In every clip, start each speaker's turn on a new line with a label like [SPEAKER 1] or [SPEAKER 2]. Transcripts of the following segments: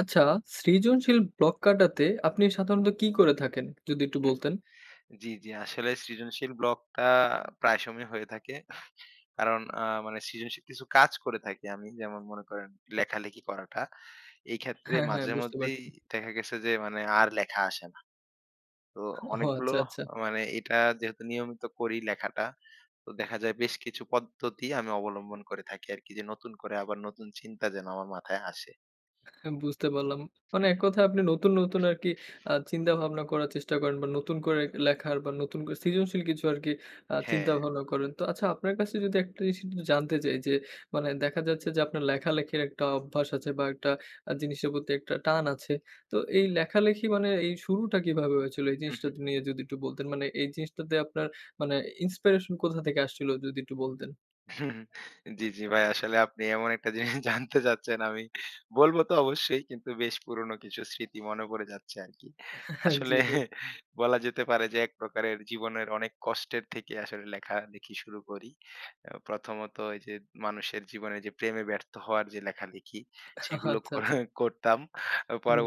[SPEAKER 1] আচ্ছা, সৃজনশীল ব্লক কাটাতে আপনি সাধারণত কি করে থাকেন? যদি একটু বলতেন।
[SPEAKER 2] জি, জি। আসলে সৃজনশীল ব্লকটা প্রায় সময় হয়ে থাকে। কারণ মানে সৃজনশীল কিছু কাজ করে থাকি আমি। যেমন মনে করেন লেখালেখি করাটা। এই ক্ষেত্রে
[SPEAKER 1] হ্যাঁ, হ্যাঁ
[SPEAKER 2] মাঝে
[SPEAKER 1] বুঝতে
[SPEAKER 2] মধ্যেই
[SPEAKER 1] পারছি।
[SPEAKER 2] দেখা গেছে যে মানে আর লেখা আসে না। তো
[SPEAKER 1] ও
[SPEAKER 2] অনেকগুলো
[SPEAKER 1] আচ্ছা, আচ্ছা।
[SPEAKER 2] মানে এটা যেহেতু নিয়মিত করি লেখাটা, তো দেখা যায় বেশ কিছু পদ্ধতি আমি অবলম্বন করে থাকি আরকি যে নতুন করে আবার নতুন চিন্তা যেন আমার মাথায় আসে।
[SPEAKER 1] হ্যাঁ, বুঝতে পারলাম। মানে
[SPEAKER 2] হু,
[SPEAKER 1] এক
[SPEAKER 2] হু।
[SPEAKER 1] কথায় আপনি নতুন, নতুন আরকি চিন্তাভাবনা করার চেষ্টা করেন বা নতুন করে লেখার বা নতুন করে সৃজনশীল কিছু আরকি
[SPEAKER 2] হ্যাঁ।
[SPEAKER 1] চিন্তাভাবনা করেন। তো আচ্ছা আপনার কাছে যদি একটা জিনিস একটু জানতে চাই যে মানে দেখা যাচ্ছে যে আপনার লেখালেখির একটা অভ্যাস আছে বা একটা জিনিসের প্রতি একটা টান আছে। তো এই লেখালেখি মানে এই শুরুটা কিভাবে হয়েছিল? এই জিনিসটা নিয়ে যদি একটু বলতেন। মানে এই জিনিসটাতে আপনার মানে ইন্সপিরেশন কোথা থেকে আসছিল যদি একটু বলতেন?
[SPEAKER 2] জি, জি ভাই। আসলে আপনি এমন একটা জিনিস জানতে চাচ্ছেন আমি বলব তো অবশ্যই, কিন্তু বেশ পুরনো কিছু স্মৃতি মনে পড়ে যাচ্ছে আরকি। আসলে
[SPEAKER 1] জি ভাই।
[SPEAKER 2] বলা যেতে পারে যে এক প্রকারের জীবনের অনেক কষ্টের থেকে আসলে লেখালেখি শুরু করি। প্রথমত এই যে মানুষের জীবনে যে প্রেমে ব্যর্থ হওয়ার যে লেখালেখি সেগুলো
[SPEAKER 1] আচ্ছা, আচ্ছা।
[SPEAKER 2] করতাম।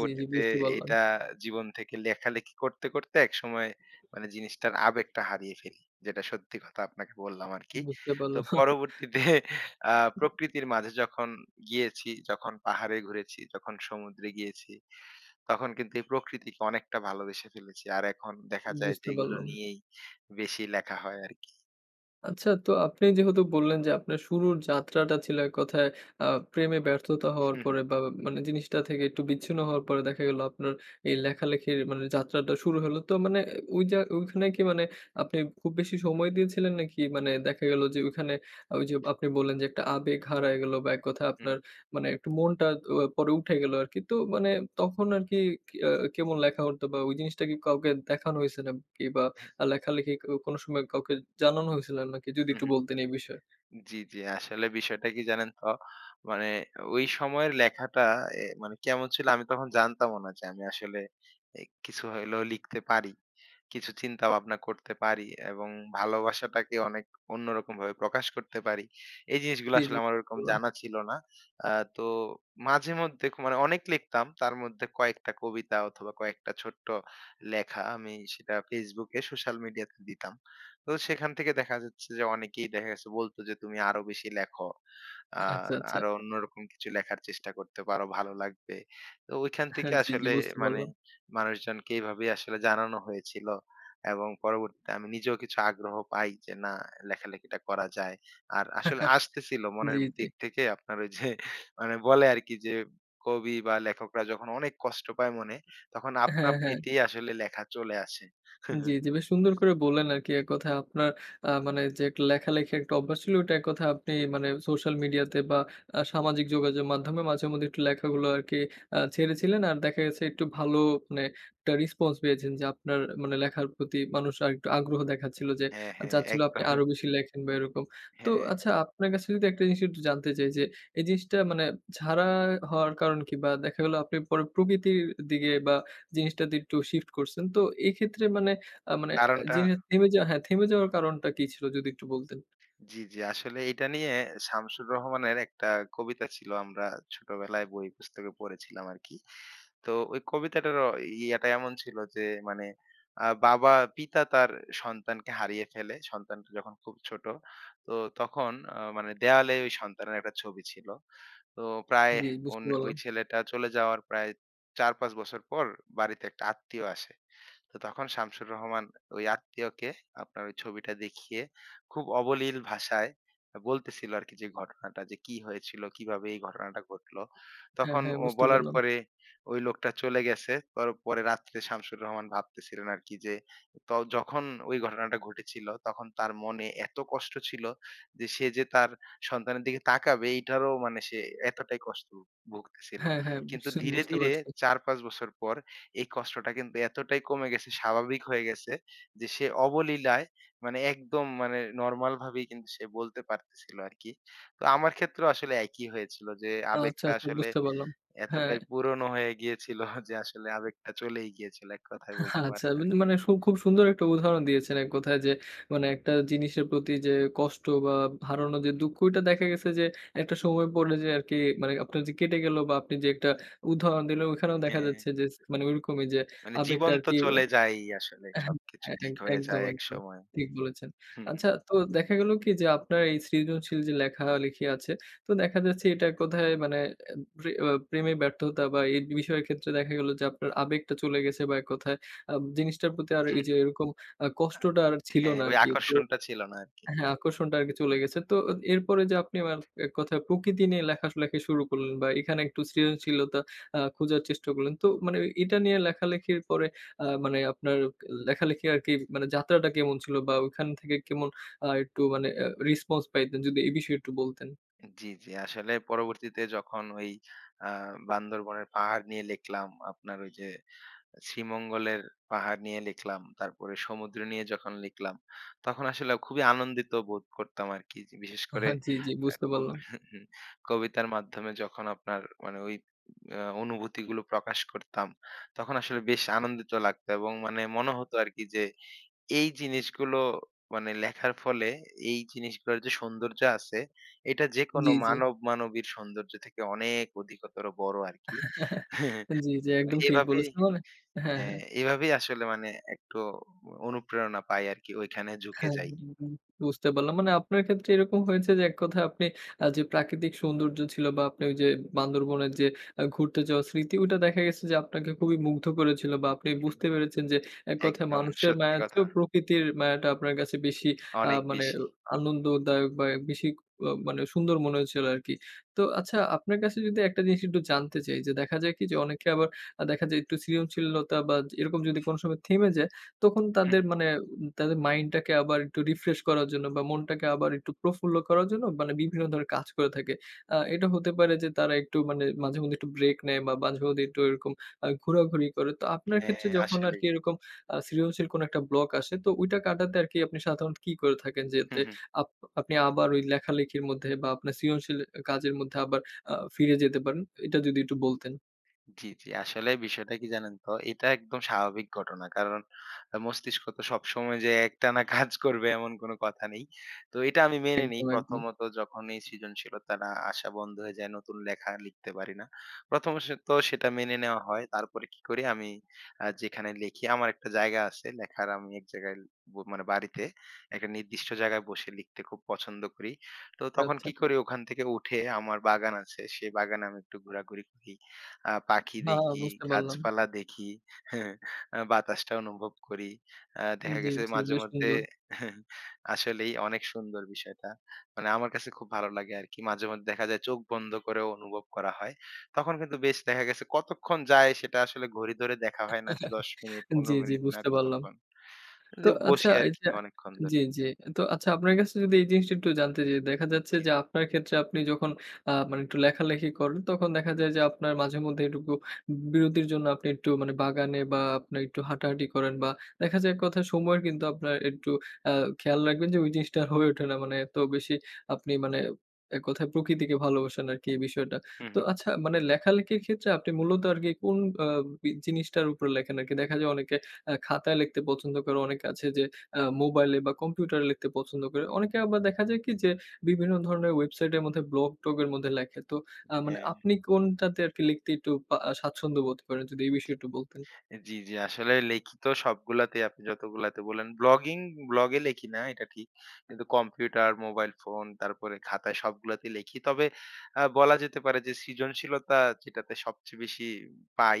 [SPEAKER 1] জি, জি বুঝতে পারলাম।
[SPEAKER 2] এটা জীবন থেকে লেখালেখি করতে, করতে একসময় মানে জিনিসটার আবেগটা হারিয়ে ফেলি। যেটা সত্যি কথা আপনাকে বললাম আরকি।
[SPEAKER 1] বুঝতে
[SPEAKER 2] তো
[SPEAKER 1] পারলাম।
[SPEAKER 2] পরবর্তীতে আ প্রকৃতির মাঝে যখন গিয়েছি, যখন পাহাড়ে ঘুরেছি, যখন সমুদ্রে গিয়েছি, তখন কিন্তু এই প্রকৃতিকে অনেকটা ভালোবেসে ফেলেছি। আর এখন দেখা যায় যে
[SPEAKER 1] বুঝতে
[SPEAKER 2] এগুলো
[SPEAKER 1] পারলাম।
[SPEAKER 2] নিয়েই বেশি লেখা হয় আরকি।
[SPEAKER 1] আচ্ছা তো আপনি যেহেতু বললেন যে আপনার শুরুর যাত্রাটা ছিল এক কথায় আ প্রেমে ব্যর্থতা হওয়ার
[SPEAKER 2] হু, হু,
[SPEAKER 1] পরে বা মানে জিনিসটা থেকে একটু বিচ্ছিন্ন হওয়ার পরে দেখা গেল আপনার এই লেখালেখির মানে যাত্রাটা শুরু হলো। তো মানে ওই ওইখানে কি মানে আপনি খুব বেশি সময় দিয়েছিলেন নাকি মানে দেখা গেল যে ওইখানে ওই যে আপনি বললেন যে একটা আবেগ হারায় গেল বা এক কথায়
[SPEAKER 2] হু, হু।
[SPEAKER 1] আপনার মানে একটু মনটা পরে উঠে গেল আরকি। তো মানে তখন আরকি কি আ কেমন লেখা হতো বা ওই জিনিসটা কি কাউকে দেখানো হইছে নাকি বা
[SPEAKER 2] হ্যাঁ।
[SPEAKER 1] লেখালেখি কোনো সময় কাউকে জানানো হয়েছিল নাকি? যদি
[SPEAKER 2] হু,
[SPEAKER 1] একটু
[SPEAKER 2] হু।
[SPEAKER 1] বলতেন এই বিষয়ে।
[SPEAKER 2] জি, জি। আসলে বিষয়টা কি জানেন তো? মানে ওই সময়ের লেখাটা মানে কেমন ছিল আমি তখন জানতামও না যে আমি আসলে কিছু হইলেও লিখতে পারি। কিছু চিন্তা ভাবনা করতে পারি এবং ভালোবাসাটাকে অনেক অন্যরকমভাবে প্রকাশ করতে পারি। এই জিনিসগুলো
[SPEAKER 1] জি,
[SPEAKER 2] আসলে
[SPEAKER 1] জি
[SPEAKER 2] আমার ওরকম
[SPEAKER 1] বললাম।
[SPEAKER 2] জানা ছিল না। আ তো মাঝে মধ্যে মানে অনেক লিখতাম। তার মধ্যে কয়েকটা কবিতা অথবা কয়েকটা ছোট্ট লেখা আমি সেটা Facebook এ সোশ্যাল মিডিয়াতে দিতাম। তো সেখান থেকে দেখা যাচ্ছে যে অনেকেই দেখা গেছে বলতো যে তুমি আরো বেশি লেখো। আ
[SPEAKER 1] আচ্ছা, আচ্ছা।
[SPEAKER 2] আরো অন্যরকম কিছু লেখার চেষ্টা করতে পারো, ভালো লাগবে। তো ওইখান থেকে
[SPEAKER 1] হ্যাঁ, জি, জি
[SPEAKER 2] আসলে
[SPEAKER 1] বুঝতে
[SPEAKER 2] মানে
[SPEAKER 1] পারলাম।
[SPEAKER 2] মানুষজনকে এইভাবেই আসলে জানানো হয়েছিল। এবং পরবর্তীতে আমি নিজেও কিছু আগ্রহ পাই যে না, লেখালেখিটা করা যায়। আর আসলে আসতেছিল মনের
[SPEAKER 1] জি, জি।
[SPEAKER 2] দিক থেকে আপনার ওই যে মানে বলে আরকি যে কবি বা লেখকরা যখন অনেক কষ্ট পায় মনে, তখন আপনা
[SPEAKER 1] হ্যাঁ, হ্যাঁ।
[SPEAKER 2] আপনিতেই আসলে লেখা চলে আসে।
[SPEAKER 1] জি, জি। বেশ সুন্দর করে বললেন আরকি। এককথায় আপনার মানে যে একটা লেখালেখির একটা অভ্যাস ছিল, ওটা এককথায় আপনি মানে সোশ্যাল মিডিয়াতে বা সামাজিক যোগাযোগের মাধ্যমে মাঝেমধ্যে একটু লেখাগুলো আরকি ছেড়েছিলেন। আর দেখা গেছে একটু ভালো মানে একটা রেসপন্স পেয়েছেন যে আপনার মানে লেখার প্রতি মানুষ আরেকটু আগ্রহ দেখাচ্ছিল যে
[SPEAKER 2] হ্যাঁ, হ্যাঁ
[SPEAKER 1] চাচ্ছিল আপনি
[SPEAKER 2] একদম।
[SPEAKER 1] আরো বেশি লেখেন বা এরকম। তো
[SPEAKER 2] হ্যাঁ,
[SPEAKER 1] আচ্ছা আপনার কাছে যদি একটা জিনিস একটু জানতে চাই যে, এই জিনিসটা মানে ছাড়া হওয়ার কারণ কি? বা দেখা গেল আপনি পরে প্রকৃতির দিকে বা জিনিসটাতে একটু শিফট করছেন। তো এক্ষেত্রে মানে মানে
[SPEAKER 2] কারণটা
[SPEAKER 1] জিনিস থেমে যাওয়া হ্যাঁ, থেমে যাওয়ার কারণটা কি ছিল যদি একটু বলতেন?
[SPEAKER 2] জি, জি। আসলে এটা নিয়ে শামসুর রহমানের একটা কবিতা ছিল, আমরা ছোটবেলায় বই পুস্তকে পড়েছিলাম আরকি। তো ওই কবিতাটার ইয়াটা এমন ছিল যে মানে বাবা পিতা তার সন্তানকে হারিয়ে ফেলে। সন্তানটা যখন খুব ছোট। তো তখন মানে দেয়ালে ওই সন্তানের একটা ছবি ছিল। তো প্রায়
[SPEAKER 1] জি, বুঝতে
[SPEAKER 2] ওই
[SPEAKER 1] পারলাম।
[SPEAKER 2] ছেলেটা চলে যাওয়ার প্রায় ৪-৫ বছর পর বাড়িতে একটা আত্মীয় আসে। তো তখন শামসুর রহমান ওই আত্মীয়কে আপনার ওই ছবিটা দেখিয়ে খুব অবলীল ভাষায় বলতেছিল আরকি যে ঘটনাটা যে কি হয়েছিল, কিভাবে এই ঘটনাটা ঘটলো।
[SPEAKER 1] হ্যাঁ,
[SPEAKER 2] তখন
[SPEAKER 1] হ্যাঁ,
[SPEAKER 2] ও
[SPEAKER 1] বুঝতে
[SPEAKER 2] বলার
[SPEAKER 1] পারলাম।
[SPEAKER 2] পরে ওই লোকটা চলে গেছে। পর পরে রাত্রে শামসুর রহমান ভাবতেছিলেন আরকি যে ত যখন ওই ঘটনাটা ঘটেছিল তখন তার মনে এত কষ্ট ছিল যে সে যে তার সন্তানের দিকে তাকাবে এইটারও মানে সে এতটাই কষ্ট ভুগতেছিল।
[SPEAKER 1] হ্যাঁ, হ্যাঁ,
[SPEAKER 2] কিন্তু
[SPEAKER 1] বুঝতে
[SPEAKER 2] ধীরে,
[SPEAKER 1] বুঝতে
[SPEAKER 2] ধীরে
[SPEAKER 1] পারছি।
[SPEAKER 2] ৪-৫ বছর পর এই কষ্টটা কিন্তু এতটাই কমে গেছে, স্বাভাবিক হয়ে গেছে যে সে অবলীলায় মানে একদম মানে নরমাল ভাবেই কিন্তু সে বলতে পারতেছিল আরকি। তো আমার ক্ষেত্রেও আসলে একই হয়েছিল যে
[SPEAKER 1] আচ্ছা,
[SPEAKER 2] আবেগটা
[SPEAKER 1] আচ্ছা
[SPEAKER 2] আসলে
[SPEAKER 1] বুঝতে পারলাম। হ্যাঁ,
[SPEAKER 2] এতটাই পুরনো হয়ে গিয়েছিল যে আসলে আবেগটা চলেই গিয়েছিল এক কথায় বলতে
[SPEAKER 1] আচ্ছা
[SPEAKER 2] পারেন
[SPEAKER 1] মানে
[SPEAKER 2] আরকি।
[SPEAKER 1] মানে সু খুব সুন্দর একটা উদাহরণ দিয়েছেন এক কথায় যে মানে একটা জিনিসের প্রতি যে কষ্ট বা হারানোর যে দুঃখ ওইটা দেখা গেছে যে একটা সময় পরে যে আরকি মানে আপনার যে কেটে গেল বা আপনি যে একটা উদাহরণ দিলেন ওইখানেও দেখা
[SPEAKER 2] হ্যাঁ,
[SPEAKER 1] যাচ্ছে যে মানে ওইরকমই যে
[SPEAKER 2] মানে
[SPEAKER 1] আবেগটা
[SPEAKER 2] জীবন তো
[SPEAKER 1] আরকি
[SPEAKER 2] চলে যায়ই আসলে।
[SPEAKER 1] হ্যাঁ,
[SPEAKER 2] সবকিছু
[SPEAKER 1] হ্যাঁ,
[SPEAKER 2] ঠিক হয়ে
[SPEAKER 1] একদম,
[SPEAKER 2] যায়
[SPEAKER 1] একদম।
[SPEAKER 2] একসময়।
[SPEAKER 1] ঠিক বলেছেন।
[SPEAKER 2] হু, হু।
[SPEAKER 1] আচ্ছা তো দেখা গেল কি যে আপনার এই সৃজনশীল যে লেখালেখি আছে, তো দেখা যাচ্ছে এটা কোথায় মানে এ প্রে আ প্রেমে ব্যর্থতা বা এই বিষয়ের ক্ষেত্রে দেখা গেল যে আপনার আবেগটা চলে গেছে বা এক কথায় আ জিনিসটার প্রতি আর এই যে এরকম
[SPEAKER 2] আ
[SPEAKER 1] কষ্টটা আর ছিল
[SPEAKER 2] হ্যাঁ,
[SPEAKER 1] না
[SPEAKER 2] ওই
[SPEAKER 1] আরকি। তো
[SPEAKER 2] আকর্ষণটা ছিল না আরকি।
[SPEAKER 1] হ্যাঁ, আকর্ষণটা আরকি চলে গেছে। তো এরপরে যে আপনি আমার এক কথায় প্রকৃতি নিয়ে লেখালেখি শুরু করলেন বা এখানে একটু সৃজনশীলতা খোঁজার চেষ্টা করলেন। তো মানে এটা নিয়ে লেখালেখির পরে মানে আপনার লেখালেখি আরকি মানে যাত্রাটা কেমন ছিল বা ওইখান থেকে কেমন একটু মানে রেসপন্স পাইতেন? যদি এই বিষয়ে একটু বলতেন।
[SPEAKER 2] জি, জি। আসলে পরবর্তীতে যখন ওই আ বান্দরবনের পাহাড় নিয়ে লিখলাম, আপনার ওই যে শ্রীমঙ্গলের পাহাড় নিয়ে লিখলাম, তারপরে সমুদ্র নিয়ে যখন লিখলাম, তখন আসলে খুবই আনন্দিত বোধ করতাম আরকি। যে বিশেষ করে
[SPEAKER 1] আহা জি, জি বুঝতে
[SPEAKER 2] খুব
[SPEAKER 1] পারলাম।
[SPEAKER 2] কবিতার মাধ্যমে যখন আপনার মানে ওই অনুভূতিগুলো প্রকাশ করতাম, তখন আসলে বেশ আনন্দিত লাগতো এবং মানে মনে হতো আরকি যে এই জিনিসগুলো মানে লেখার ফলে এই জিনিসগুলোর যে সৌন্দর্য আছে, এটা যেকোনো
[SPEAKER 1] জি, জি।
[SPEAKER 2] মানব মানবীর সৌন্দর্য থেকে অনেক অধিকতর বড় আরকি।
[SPEAKER 1] জি, জি
[SPEAKER 2] তো
[SPEAKER 1] একদম ঠিক
[SPEAKER 2] এভাবেই
[SPEAKER 1] বলেছেন মানে হ্যাঁ, হ্যাঁ।
[SPEAKER 2] হ্যাঁ, এভাবেই আসলে মানে একটু অনুপ্রেরণা পাই আরকি ওইখানে ঝুঁকে
[SPEAKER 1] হ্যাঁ,
[SPEAKER 2] যাই।
[SPEAKER 1] হুম, বুঝতে পারলাম। মানে আপনার ক্ষেত্রে এরকম হয়েছে যে এক কথায় আপনি যে প্রাকৃতিক সৌন্দর্য ছিল বা আপনি ওই যে বান্দরবনের যে ঘুরতে যাওয়ার স্মৃতি ওটা দেখা গেছে যে আপনাকে খুবই মুগ্ধ করেছিল বা আপনি
[SPEAKER 2] হুম,
[SPEAKER 1] বুঝতে পেরেছেন যে এক কথায়
[SPEAKER 2] একদম
[SPEAKER 1] মানুষের
[SPEAKER 2] সত্যি
[SPEAKER 1] মায়ার
[SPEAKER 2] কথা।
[SPEAKER 1] চেয়েও প্রকৃতির মায়াটা আপনার কাছে বেশি
[SPEAKER 2] অনেক
[SPEAKER 1] মানে
[SPEAKER 2] বেশি।
[SPEAKER 1] আনন্দদায়ক বা বেশি মানে সুন্দর মনে হয়েছিল আরকি। তো আচ্ছা আপনার কাছে যদি একটা জিনিস একটু জানতে চাই যে দেখা যায় কি যে অনেকে আবার দেখা যায় একটু সৃজনশীলতা বা এরকম যদি কোনো সময় থেমে যায় তখন তাদের
[SPEAKER 2] হুম,
[SPEAKER 1] মানে তাদের মাইন্ডটাকে আবার একটু রিফ্রেশ করার জন্য বা মনটাকে আবার একটু প্রফুল্ল করার জন্য মানে বিভিন্ন ধরনের কাজ করে থাকে। এটা হতে পারে যে তারা একটু মানে মাঝেমধ্যে একটু ব্রেক নেয় বা মাঝেমধ্যে একটু এরকম ঘোরাঘুরি করে। তো আপনার
[SPEAKER 2] হ্যাঁ,
[SPEAKER 1] ক্ষেত্রে যখন
[SPEAKER 2] আসলেই।
[SPEAKER 1] আরকি এরকম সৃজনশীল কোনো একটা ব্লক আসে তো ওইটা কাটাতে আরকি আপনি সাধারণত কি করে থাকেন? যাতে আপ আপনি আবার ওই লেখালেখির মধ্যে বা আপনার সৃজনশীল কাজের মধ্যে আবার ফিরে যেতে পারেন। এটা যদি একটু বলতেন।
[SPEAKER 2] জি, জি। আসলে বিষয়টা কি জানেন তো? এটা একদম স্বাভাবিক ঘটনা। কারণ মস্তিষ্ক তো সবসময় যে একটানা কাজ করবে এমন কোনো কথা নেই। তো এটা আমি মেনে নেই।
[SPEAKER 1] একদম, একদম।
[SPEAKER 2] প্রথমত যখন এই সৃজনশীলতাটা আসা বন্ধ হয়ে যায়, নতুন লেখা লিখতে পারি না। প্রথমত তো সেটা মেনে নেওয়া হয়। তারপরে কি করি আমি যেখানে লিখি আমার একটা জায়গা আছে। লেখার আমি এক জায়গায় মানে বাড়িতে একটা নির্দিষ্ট জায়গায় বসে লিখতে খুব পছন্দ করি। তো
[SPEAKER 1] আচ্ছা,
[SPEAKER 2] তখন
[SPEAKER 1] আচ্ছা।
[SPEAKER 2] কি করি ওখান থেকে উঠে আমার বাগান আছে। সেই বাগানে আমি একটু ঘোরাঘুরি করি। পাখি
[SPEAKER 1] হ্যাঁ,
[SPEAKER 2] দেখি,
[SPEAKER 1] বুঝতে পারলাম।
[SPEAKER 2] গাছপালা দেখি, বাতাসটা অনুভব করি। দেখা
[SPEAKER 1] জি,
[SPEAKER 2] গেছে
[SPEAKER 1] জি।
[SPEAKER 2] মাঝে
[SPEAKER 1] বেশ
[SPEAKER 2] মধ্যে
[SPEAKER 1] সুন্দর।
[SPEAKER 2] আসলেই অনেক সুন্দর বিষয়টা। মানে আমার কাছে খুব ভালো লাগে আরকি। মাঝে মধ্যে দেখা যায় চোখ বন্ধ করেও অনুভব করা হয়। তখন কিন্তু বেশ দেখা গেছে কতক্ষণ যায় সেটা আসলে ঘড়ি ধরে দেখা হয় না যে ১০ মিনিট,
[SPEAKER 1] জি,
[SPEAKER 2] ১৫
[SPEAKER 1] জি
[SPEAKER 2] মিনিট, না
[SPEAKER 1] বুঝতে পারলাম।
[SPEAKER 2] কতক্ষণ।
[SPEAKER 1] তো
[SPEAKER 2] কিন্তু
[SPEAKER 1] আচ্ছা
[SPEAKER 2] বসি
[SPEAKER 1] এই
[SPEAKER 2] আরকি
[SPEAKER 1] যে
[SPEAKER 2] অনেকক্ষণ
[SPEAKER 1] জি,
[SPEAKER 2] ধরে।
[SPEAKER 1] জি। তো আচ্ছা আপনার কাছে যদি এই জিনিসটা একটু জানতে চাই, দেখা যাচ্ছে
[SPEAKER 2] জি।
[SPEAKER 1] যে আপনার ক্ষেত্রে আপনি যখন মানে একটু লেখালেখি করেন তখন দেখা যায় যে আপনার মাঝে মধ্যে এটুকু বিরতির জন্য আপনি একটু মানে বাগানে বা আপনার একটু হাঁটাহাঁটি করেন বা দেখা যায় এক কথায় সময়ের কিন্তু আপনার একটু আ খেয়াল রাখবেন যে ওই জিনিসটা আর হয়ে ওঠে না। মানে এত বেশি আপনি মানে এক কথায় প্রকৃতিকে ভালোবাসেন আরকি এই বিষয়টা।
[SPEAKER 2] হু,
[SPEAKER 1] তো
[SPEAKER 2] হু।
[SPEAKER 1] আচ্ছা মানে লেখালেখির ক্ষেত্রে আপনি মূলত আরকি কোন আ বি জিনিসটার উপরে লেখেন আরকি? দেখা যায় অনেকে খাতায় লিখতে পছন্দ করে, অনেকে আছে যে মোবাইলে বা কম্পিউটারে লিখতে পছন্দ করে। অনেকে আবার দেখা যায় কি যে বিভিন্ন ধরনের ওয়েবসাইটের মধ্যে ব্লগ-টগ এর মধ্যে লেখে। তো মানে
[SPEAKER 2] হ্যাঁ।
[SPEAKER 1] আপনি কোনটাতে আরকি লিখতে একটু স্বাচ্ছন্দ্য বোধ করেন? যদি এই বিষয়ে একটু বলতেন।
[SPEAKER 2] জি, জি। আসলে লেখিত সবগুলাতেই আপনি যতগুলাতে বললেন, ব্লগে লেখি না এটা ঠিক। কিন্তু কম্পিউটার, মোবাইল ফোন, তারপরে খাতায় সবগুলাতেই লেখি। তবে বলা যেতে পারে যে সৃজনশীলতা যেটাতে সবচেয়ে বেশি পাই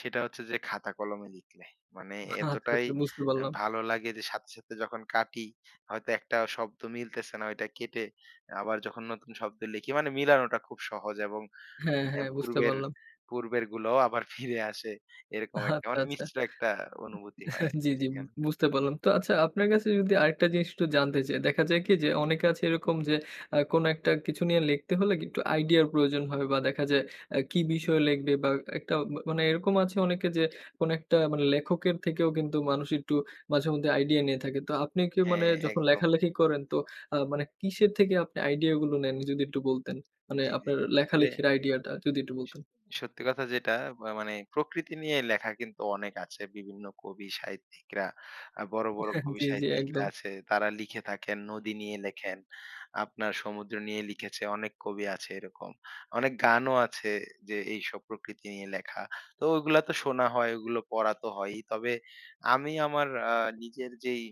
[SPEAKER 2] সেটা হচ্ছে যে খাতা কলমে লিখলে। মানে
[SPEAKER 1] আচ্ছা,
[SPEAKER 2] এতটাই
[SPEAKER 1] আচ্ছা বুঝতে পারলাম।
[SPEAKER 2] ভালো লাগে যে সাথে, সাথে যখন কাটি, হয়তো একটা শব্দ মিলতেছে না ওইটা কেটে আবার যখন নতুন শব্দ লিখি মানে মিলানোটা খুব সহজ এবং
[SPEAKER 1] হ্যাঁ,
[SPEAKER 2] হ্যাঁ,
[SPEAKER 1] হ্যাঁ বুঝতে
[SPEAKER 2] পূর্বের
[SPEAKER 1] পারলাম।
[SPEAKER 2] পূর্বের গুলোও আবার ফিরে আসে। এরকম
[SPEAKER 1] আচ্ছা,
[SPEAKER 2] একটা মানে
[SPEAKER 1] আচ্ছা।
[SPEAKER 2] মিশ্র একটা অনুভূতি হয়
[SPEAKER 1] জি,
[SPEAKER 2] আরকি
[SPEAKER 1] জি,
[SPEAKER 2] সেখানে।
[SPEAKER 1] বুঝতে পারলাম। তো আচ্ছা আপনার কাছে যদি আরেকটা জিনিস একটু জানতে চাই। দেখা যায় কি
[SPEAKER 2] জি,
[SPEAKER 1] যে অনেকে আছে এরকম যে কোনো একটা কিছু নিয়ে লিখতে হলে কি একটু আইডিয়ার প্রয়োজন হয় বা দেখা যায় কি বিষয়ে লিখবে বা একটা মানে এরকম আছে অনেকে যে কোনো একটা মানে লেখকের থেকেও কিন্তু মানুষ একটু মাঝেমধ্যে আইডিয়া নিয়ে থাকে। তো আপনি কি মানে
[SPEAKER 2] হ্যাঁ,
[SPEAKER 1] যখন
[SPEAKER 2] একদম।
[SPEAKER 1] লেখালেখি করেন তো মানে কিসের থেকে আপনি আইডিয়াগুলো নেন যদি একটু বলতেন? মানে
[SPEAKER 2] জি, জি।
[SPEAKER 1] আপনার
[SPEAKER 2] তবে
[SPEAKER 1] লেখালেখির আইডিয়াটা যদি একটু
[SPEAKER 2] স
[SPEAKER 1] বলতেন।
[SPEAKER 2] সত্যি কথা যেটা বা মানে প্রকৃতি নিয়ে লেখা কিন্তু অনেক আছে। বিভিন্ন কবি সাহিত্যিকরা, বড়, বড় কবি
[SPEAKER 1] জি, জি,
[SPEAKER 2] সাহিত্যিকরা
[SPEAKER 1] একদম
[SPEAKER 2] আছে। তারা লিখে থাকেন, নদী নিয়ে লেখেন। আপনার সমুদ্র নিয়ে লিখেছে, অনেক কবি আছে এরকম। অনেক গানও আছে যে এইসব প্রকৃতি নিয়ে লেখা। তো ওগুলা তো শোনা হয়, ওগুলো পড়া তো হয়ই। তবে আমি আমার নিজের যেই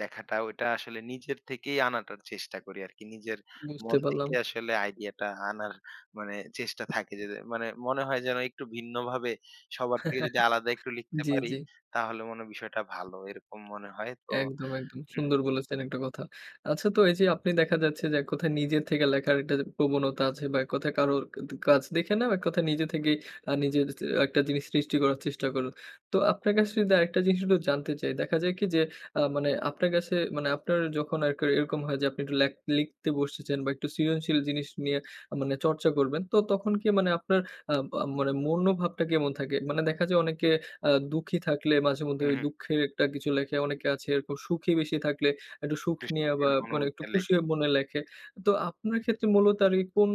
[SPEAKER 2] লেখাটা ওইটা আসলে নিজের থেকেই আনাটার চেষ্টা করি আরকি। নিজের
[SPEAKER 1] বুঝতে
[SPEAKER 2] মন
[SPEAKER 1] পারলাম।
[SPEAKER 2] থেকে আসলে আইডিয়াটা আনার মানে চেষ্টা থাকে যে মানে মনে হয় যেন একটু ভিন্নভাবে সবার থেকে যদি আলাদা একটু লিখতে
[SPEAKER 1] জি,
[SPEAKER 2] পারি
[SPEAKER 1] জি।
[SPEAKER 2] তাহলে মনে হয় বিষয়টা ভালো। এরকম মনে হয়। তো
[SPEAKER 1] একদম, একদম।
[SPEAKER 2] হু, হু,
[SPEAKER 1] সুন্দর বলেছেন একটা কথা। আচ্ছা তো এই যে আপনি দেখা যাচ্ছে যে এক কথায় নিজের থেকে লেখার একটা যে প্রবণতা আছে বা এক কথায় কারোর কাজ দেখে না বা এক কথায় নিজে থেকেই নিজের একটা জিনিস সৃষ্টি করার চেষ্টা করেন। তো আপনার কাছে যদি আরেকটা জিনিস একটু জানতে চাই। দেখা যায় কি যে মানে আপনার কাছে মানে আপনার যখন আর কি এরকম হয় যে আপনি একটু লিখতে বসেছেন বা একটু সৃজনশীল জিনিস নিয়ে মানে চর্চা করবেন। তো তখন কি মানে আপনার আ আ মানে মনোভাবটা কেমন থাকে? মানে দেখা যায় অনেকে দুঃখী থাকলে মাঝেমধ্যে
[SPEAKER 2] হু,
[SPEAKER 1] ওই
[SPEAKER 2] হু।
[SPEAKER 1] দুঃখের একটা কিছু লেখে। অনেকে আছে এরকম সুখী বেশি থাকলে একটু সুখ
[SPEAKER 2] একটু
[SPEAKER 1] নিয়ে বা
[SPEAKER 2] শীতের
[SPEAKER 1] মানে একটু
[SPEAKER 2] অনুভূতিটা লেখ
[SPEAKER 1] খুশি হয়ে মনে লেখে। তো আপনার ক্ষেত্রে মূলত আরকি কোন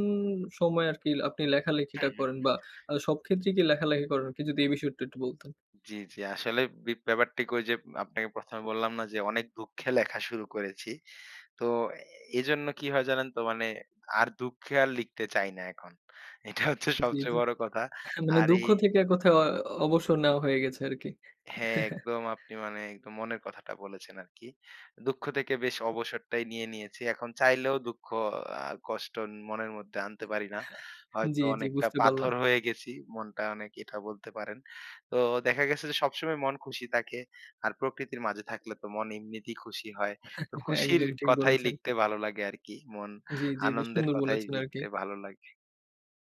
[SPEAKER 1] সময় আরকি আপনি
[SPEAKER 2] হু,
[SPEAKER 1] লেখালেখিটা
[SPEAKER 2] হু।
[SPEAKER 1] করেন বা সব ক্ষেত্রেই কি লেখালেখি করেন আরকি? যদি এই বিষয়টা একটু বলতেন।
[SPEAKER 2] জি, জি। আসলে ব্যাপারটিকে ওই যে আপনাকে ১ম এ বললাম না যে অনেক দুঃখে লেখা শুরু করেছি। তো এজন্য কি হয় জানেন তো মানে আর দুঃখে আর লিখতে চাই না এখন। এটা হচ্ছে
[SPEAKER 1] জি, জি।
[SPEAKER 2] সবচেয়ে বড় কথা।
[SPEAKER 1] মানে
[SPEAKER 2] আর
[SPEAKER 1] দুঃখ
[SPEAKER 2] এই
[SPEAKER 1] থেকে কোথাও অবসর নেওয়া হয়ে গেছে আরকি।
[SPEAKER 2] হ্যাঁ, একদম আপনি মানে একদম মনের কথাটা বলেছেন আরকি। দুঃখ থেকে বেশ অবসরটাই নিয়ে নিয়েছি। এখন চাইলেও দুঃখ কষ্ট মনের মধ্যে আনতে পারি না।
[SPEAKER 1] জি,
[SPEAKER 2] হয়তো
[SPEAKER 1] জি
[SPEAKER 2] অনেকটা
[SPEAKER 1] বুঝতে পারলাম।
[SPEAKER 2] পাথর হয়ে গেছি। মনটা অনেক এটা বলতে পারেন। তো দেখা গেছে যে সবসময় মন খুশি থাকে। আর প্রকৃতির মাঝে থাকলে তো মন এমনিতেই খুশি হয়। তো খুশির
[SPEAKER 1] একদম ঠিক
[SPEAKER 2] কথাই
[SPEAKER 1] বলেছেন।
[SPEAKER 2] লিখতে ভালো লাগে আরকি। মন
[SPEAKER 1] জি, জি বেশ
[SPEAKER 2] আনন্দের
[SPEAKER 1] সুন্দর
[SPEAKER 2] কথাই
[SPEAKER 1] বলেছেন আরকি।
[SPEAKER 2] লিখতে ভালো লাগে।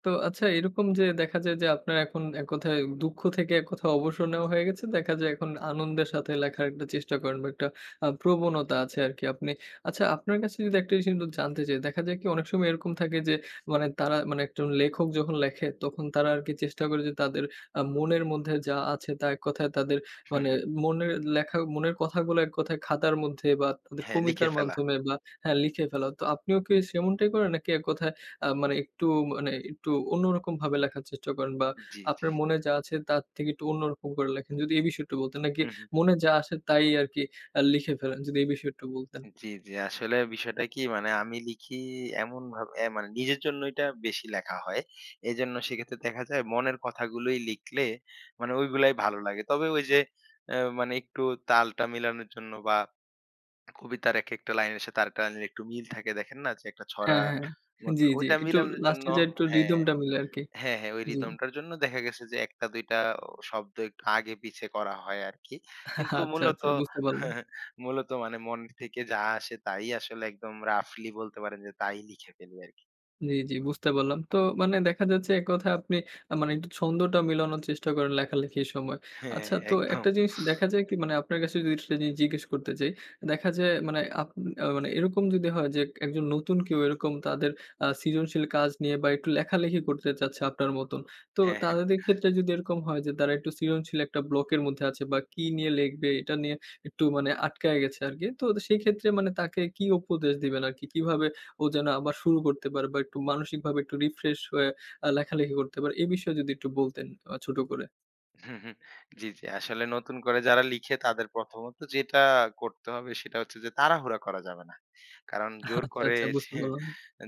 [SPEAKER 1] তো আচ্ছা এরকম যে দেখা যায় যে আপনার এখন এক কথায় দুঃখ থেকে এক কথায় অবসর নেওয়া হয়ে গেছে। দেখা যায় এখন আনন্দের সাথে লেখার একটা চেষ্টা করেন বা একটা প্রবণতা আছে আরকি আপনি আচ্ছা আপনার কাছে যদি একটা জিনিস কিন্তু জানতে চাই, দেখা যায় কি অনেক সময় এরকম থাকে যে মানে তারা মানে একজন লেখক যখন লেখে তখন তারা আরকি চেষ্টা করে যে তাদের মনের মধ্যে যা আছে তা এক কথায় তাদের
[SPEAKER 2] হু,
[SPEAKER 1] মানে
[SPEAKER 2] হু।
[SPEAKER 1] মনের লেখা মনের কথাগুলো এক কথায় খাতার মধ্যে বা তাদের
[SPEAKER 2] হ্যাঁ, লিখে
[SPEAKER 1] কবিতার
[SPEAKER 2] ফেলা।
[SPEAKER 1] মাধ্যমে বা হ্যাঁ, লিখে ফেলা। তো আপনিও কি সেমনটাই করেন নাকি এক কথায় মানে একটু অন্যরকমভাবে লেখার চেষ্টা করেন বা
[SPEAKER 2] জি,
[SPEAKER 1] আপনার
[SPEAKER 2] জি।
[SPEAKER 1] মনে যা আছে তার থেকে একটু অন্যরকম করে লেখেন। যদি এই বিষয়টা বলতেন নাকি
[SPEAKER 2] হু, হু।
[SPEAKER 1] মনে যা আসে তাই আরকি লিখে ফেলেন? যদি এই বিষয়টা বলতেন।
[SPEAKER 2] জি, জি। আসলে বিষয়টা কি মানে আমি লিখি এমনভাবে মানে নিজের জন্য এটা বেশি লেখা হয়। এজন্য সেক্ষেত্রে দেখা যায় মনের কথাগুলোই লিখলে মানে ওইগুলাই ভালো লাগে। তবে ওই যে মানে একটু তালটা মিলানোর জন্য বা কবিতার একেকটা লাইনের সাথে আরেকটা লাইনের একটু মিল থাকে দেখেন না যে একটা ছড়া
[SPEAKER 1] হ্যাঁ, হ্যাঁ।
[SPEAKER 2] মত
[SPEAKER 1] জি, জি।
[SPEAKER 2] ওইটা
[SPEAKER 1] একটু
[SPEAKER 2] মিলানোর জন্য
[SPEAKER 1] লাস্টে যেয়ে একটু
[SPEAKER 2] হ্যাঁ।
[SPEAKER 1] রিদমটা মিলে আরকি।
[SPEAKER 2] হ্যাঁ, হ্যাঁ, ওই
[SPEAKER 1] জি।
[SPEAKER 2] রিদমটার জন্য দেখা গেছে যে ১ টা ২ টা শব্দ একটু আগে পিছে করা হয় আরকি। কিন্তু
[SPEAKER 1] আচ্ছা,
[SPEAKER 2] মূলত
[SPEAKER 1] আচ্ছা বুঝতে পারলাম।
[SPEAKER 2] মূলত মানে মন থেকে যা আসে তাই আসলে একদম রাফলি বলতে পারেন যে তাই লিখে ফেলি আরকি।
[SPEAKER 1] জি, জি বুঝতে পারলাম। তো মানে দেখা যাচ্ছে এককথায় আপনি মানে একটু ছন্দটা মিলানোর চেষ্টা করেন লেখালেখির সময়।
[SPEAKER 2] হ্যাঁ,
[SPEAKER 1] আচ্ছা তো
[SPEAKER 2] একদম।
[SPEAKER 1] একটা জিনিস দেখা যায় কি মানে আপনার কাছে যদি সেটা জিনিস জিজ্ঞেস করতে চাই, দেখা যায় মানে আপ আ মানে এরকম যদি হয় যে একজন নতুন কেউ এরকম তাদের সৃজনশীল কাজ নিয়ে বা একটু লেখালেখি করতে চাচ্ছে আপনার মতন। তো
[SPEAKER 2] হ্যাঁ।
[SPEAKER 1] তাদের ক্ষেত্রে যদি এরকম হয় যে তারা একটু সৃজনশীল একটা ব্লকের মধ্যে আছে বা কি নিয়ে লিখবে এটা নিয়ে একটু মানে আটকায় গেছে আরকি। তো সেই ক্ষেত্রে মানে তাকে কি উপদেশ দিবেন আরকি? কিভাবে ও যেন আবার শুরু করতে পারে বা একটু মানসিকভাবে একটু রিফ্রেশ হয়ে লেখালেখি করতে পারে। এ বিষয়ে যদি একটু বলতেন ছোট করে।
[SPEAKER 2] হুম, হুম। জি, জি। আসলে নতুন করে যারা লিখে তাদের প্রথমত যেটা করতে হবে সেটা হচ্ছে যে তাড়াহুড়া করা যাবে না। কারণ জোর
[SPEAKER 1] আচ্ছা,
[SPEAKER 2] করে
[SPEAKER 1] আচ্ছা বুঝতে
[SPEAKER 2] সে-
[SPEAKER 1] পারলাম।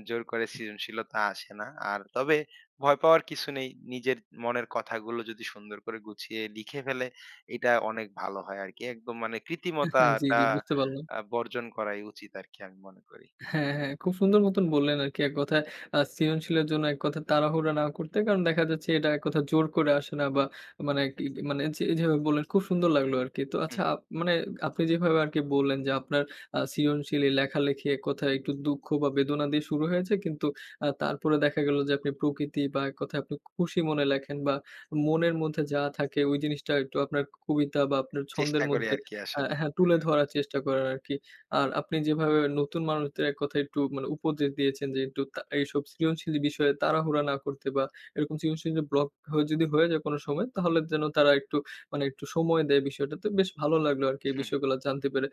[SPEAKER 2] জোর করে সৃজনশীলতা আসে না। আর তবে ভয় পাওয়ার কিছু নেই। নিজের মনের কথাগুলো যদি সুন্দর করে গুছিয়ে লিখে ফেলে এটা অনেক ভালো হয় আরকি। একদম মানে
[SPEAKER 1] জি,
[SPEAKER 2] কৃত্রিমতাটা
[SPEAKER 1] জি বুঝতে পারলাম।
[SPEAKER 2] বর্জন করাই উচিত আরকি আমি মনে করি।
[SPEAKER 1] হ্যাঁ, হ্যাঁ। হ্যাঁ। খুব সুন্দর মতন বললেন আরকি এক কথায় সৃজনশীলের জন্য এক কথায় তাড়াহুড়া না করতে। কারণ দেখা যাচ্ছে এটা এক কথায় জোর করে আসে না বা মানে কি মানে যে যেভাবে বললেন খুব সুন্দর লাগলো আরকি। তো আচ্ছা
[SPEAKER 2] হুম, হুম।
[SPEAKER 1] মানে আপনি যেভাবে আরকি বললেন যে আপনার সৃজনশীল এই লেখালেখি এক কথায় একটু দুঃখ বা বেদনা দিয়ে শুরু হয়েছে। কিন্তু তারপরে দেখা গেল যে আপনি প্রকৃতি বা এক কথায় আপনি খুশি মনে লেখেন বা মনের মধ্যে যা থাকে ওই জিনিসটা একটু আপনার কবিতা বা আপনার ছন্দের
[SPEAKER 2] চেষ্টা করি
[SPEAKER 1] মধ্যে
[SPEAKER 2] আরকি আসলে।
[SPEAKER 1] হ্যাঁ, তুলে
[SPEAKER 2] হুম, হুম।
[SPEAKER 1] ধরার চেষ্টা করেন আরকি। আর আপনি যেভাবে নতুন মানুষদের এক কথায় একটু মানে উপদেশ দিয়েছেন যে একটু এইসব সৃজনশীল বিষয়ে তাড়াহুড়া না করতে বা এরকম সৃজনশীল ব্লক হয়ে যদি হয়ে যায় কোনো সময় তাহলে যেন তারা একটু মানে একটু সময় দেয় বিষয়টাতে। বেশ ভালো লাগলো আরকি এই
[SPEAKER 2] হুম,
[SPEAKER 1] বিষয়গুলো জানতে পেরে।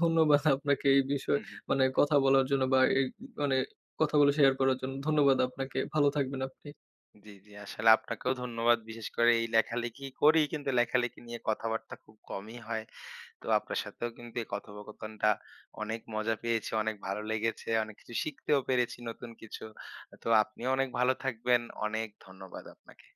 [SPEAKER 1] ধন্যবাদ আপনাকে এই বিষয়ে
[SPEAKER 2] হুম।
[SPEAKER 1] মানে কথা বলার জন্য বা এই মানে কথা বলে শেয়ার করার জন্য। ধন্যবাদ আপনাকে। ভালো থাকবেন আপনি।
[SPEAKER 2] জি, জি। আসলে আপনাকেও ধন্যবাদ। বিশেষ করে এই লেখালেখি করি কিন্তু লেখালেখি নিয়ে কথাবার্তা খুব কমই হয়। তো আপনার সাথেও কিন্তু এই কথোপকথনটা অনেক মজা পেয়েছি, অনেক ভালো লেগেছে, অনেক কিছু শিখতেও পেরেছি নতুন কিছু। তো আপনিও অনেক ভালো থাকবেন। অনেক ধন্যবাদ আপনাকে।